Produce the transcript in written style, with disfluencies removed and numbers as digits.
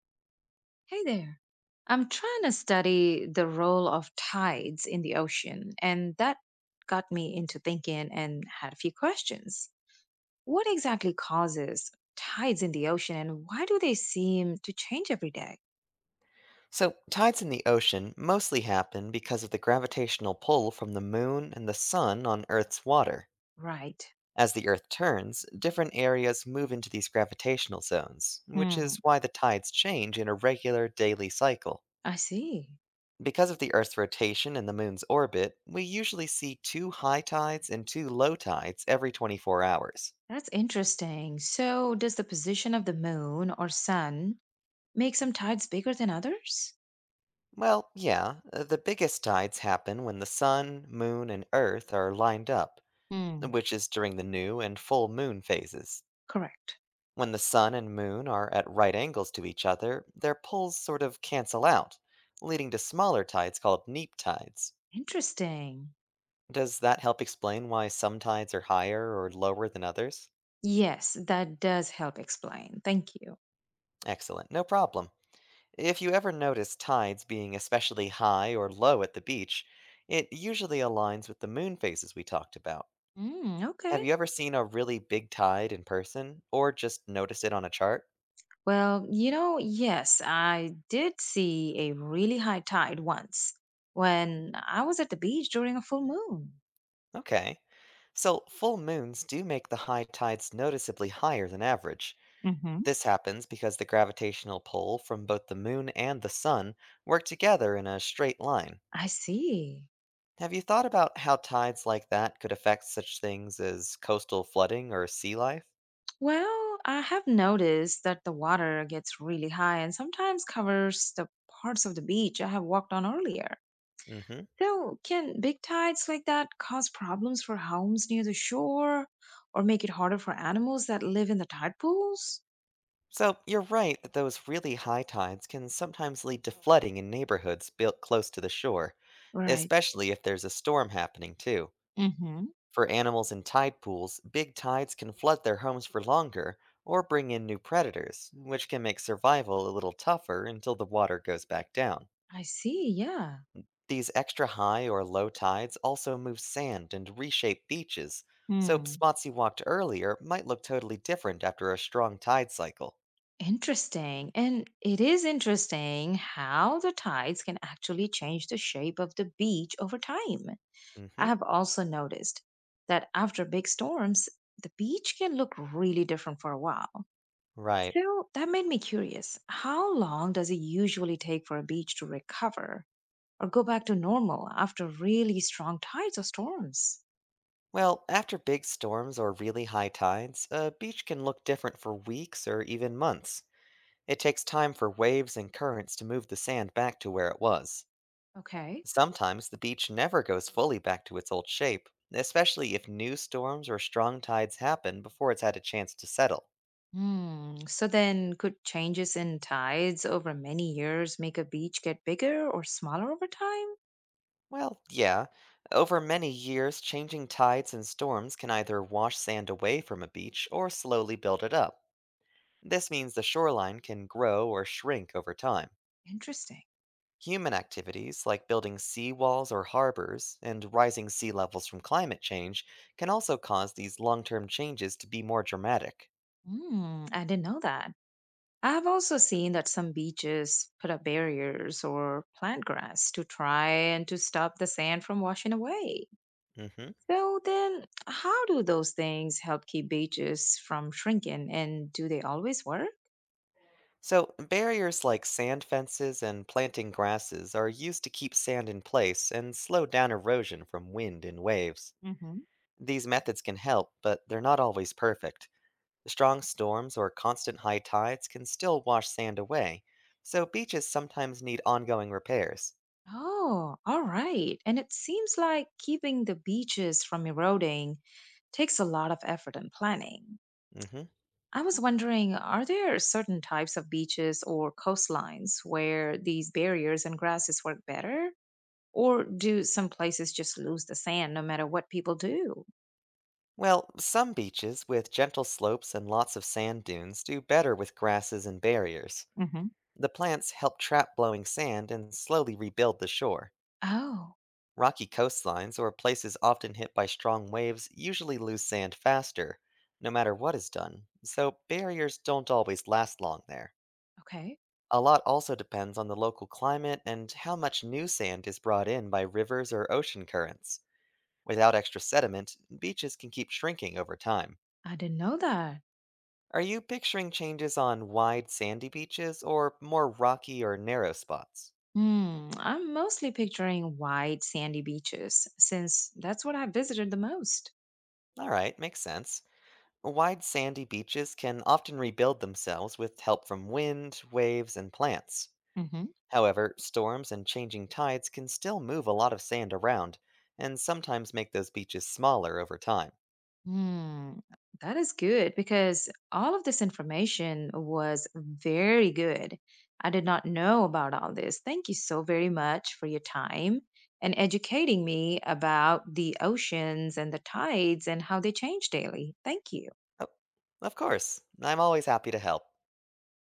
Hey there. I'm trying to study the role of tides in the ocean, and that got me into thinking and had a few questions. What exactly causes tides in the ocean, and why do they seem to change every day? So, tides in the ocean mostly happen because of the gravitational pull from the moon and the sun on Earth's water. Right. As the Earth turns, different areas move into these gravitational zones, which Hmm. is why the tides change in a regular daily cycle. I see. Because of the Earth's rotation and the moon's orbit, we usually see two high tides and two low tides every 24 hours. That's interesting. So, does the position of the moon or sun make some tides bigger than others? Well, yeah, the biggest tides happen when the sun, moon, and Earth are lined up, Hmm. which is during the new and full moon phases. Correct. When the sun and moon are at right angles to each other, their poles sort of cancel out, leading to smaller tides called neap tides. Interesting. Does that help explain why some tides are higher or lower than others? Yes, that does help explain. Thank you. Excellent, no problem. If you ever notice tides being especially high or low at the beach, it usually aligns with the moon phases we talked about. Mm, Have okay. you ever seen a really big tide in person, or just noticed it on a chart? Well, yes, I did see a really high tide once when I was at the beach during a full moon. Okay. So, full moons do make the high tides noticeably higher than average. Hmm. This happens because the gravitational pull from both the moon and the sun work together in a straight line. I see. Have you thought about how tides like that could affect such things as coastal flooding or sea life? Well, I have noticed that the water gets really high and sometimes covers the parts of the beach I have walked on earlier. Hmm. So, can big tides like that cause problems for homes near the shore or make it harder for animals that live in the tide pools? So, you're right that those really high tides can sometimes lead to flooding in neighborhoods built close to the shore, Right. especially if there's a storm happening, too. Hmm. For animals in tide pools, big tides can flood their homes for longer or bring in new predators, which can make survival a little tougher until the water goes back down. I see. Yeah. These extra high or low tides also move sand and reshape beaches, so spots you walked earlier might look totally different after a strong tide cycle. Interesting. And it is interesting how the tides can actually change the shape of the beach over time. I Hmm. have also noticed that after big storms, the beach can look really different for a while. Right. So that made me curious. How long does it usually take for a beach to recover or go back to normal after really strong tides or storms? Well, after big storms or really high tides, a beach can look different for weeks or even months. It takes time for waves and currents to move the sand back to where it was. Okay. Sometimes the beach never goes fully back to its old shape, especially if new storms or strong tides happen before it's had a chance to settle. Hmm. So then, could changes in tides over many years make a beach get bigger or smaller over time? Well, yeah, over many years, changing tides and storms can either wash sand away from a beach or slowly build it up. This means the shoreline can grow or shrink over time. Interesting. Human activities like building sea walls or harbors and rising sea levels from climate change can also cause these long term changes to be more dramatic. Hmm. I didn't know that. I have also seen that some beaches put up barriers or plant grass to try and to stop the sand from washing away. Hmm. So then, how do those things help keep beaches from shrinking and do they always work? So, barriers like sand fences and planting grasses are used to keep sand in place and slow down erosion from wind and waves. These methods can help, but they're not always perfect. Strong storms or constant high tides can still wash sand away, so beaches sometimes need ongoing repairs. Oh, all right. And it seems like keeping the beaches from eroding takes a lot of effort and planning. Hmm. I was wondering, are there certain types of beaches or coastlines where these barriers and grasses work better? Or do some places just lose the sand no matter what people do? Well, some beaches with gentle slopes and lots of sand dunes do better with grasses and barriers. Hmm. The plants help trap blowing sand and slowly rebuild the shore. Oh, Rocky coastlines or places often hit by strong waves usually lose sand faster, no matter what is done, so barriers don't always last long there. okay. A lot also depends on the local climate and how much new sand is brought in by rivers or ocean currents. Without extra sediment, beaches can keep shrinking over time. I didn't know that. Are you picturing changes on wide sandy beaches or more rocky or narrow spots? Hmm, I'm mostly picturing wide sandy beaches since that's what I visited the most. Alright, makes sense. Wide sandy beaches can often rebuild themselves with help from wind, waves, and plants. Hmm. However, storms and changing tides can still move a lot of sand around, and sometimes make those beaches smaller over time. Hmm, that is good because all of this information was very good. I did not know about all this. Thank you so very much for your time and educating me about the oceans and the tides and how they change daily. Thank you. Oh, of course, I'm always happy to help.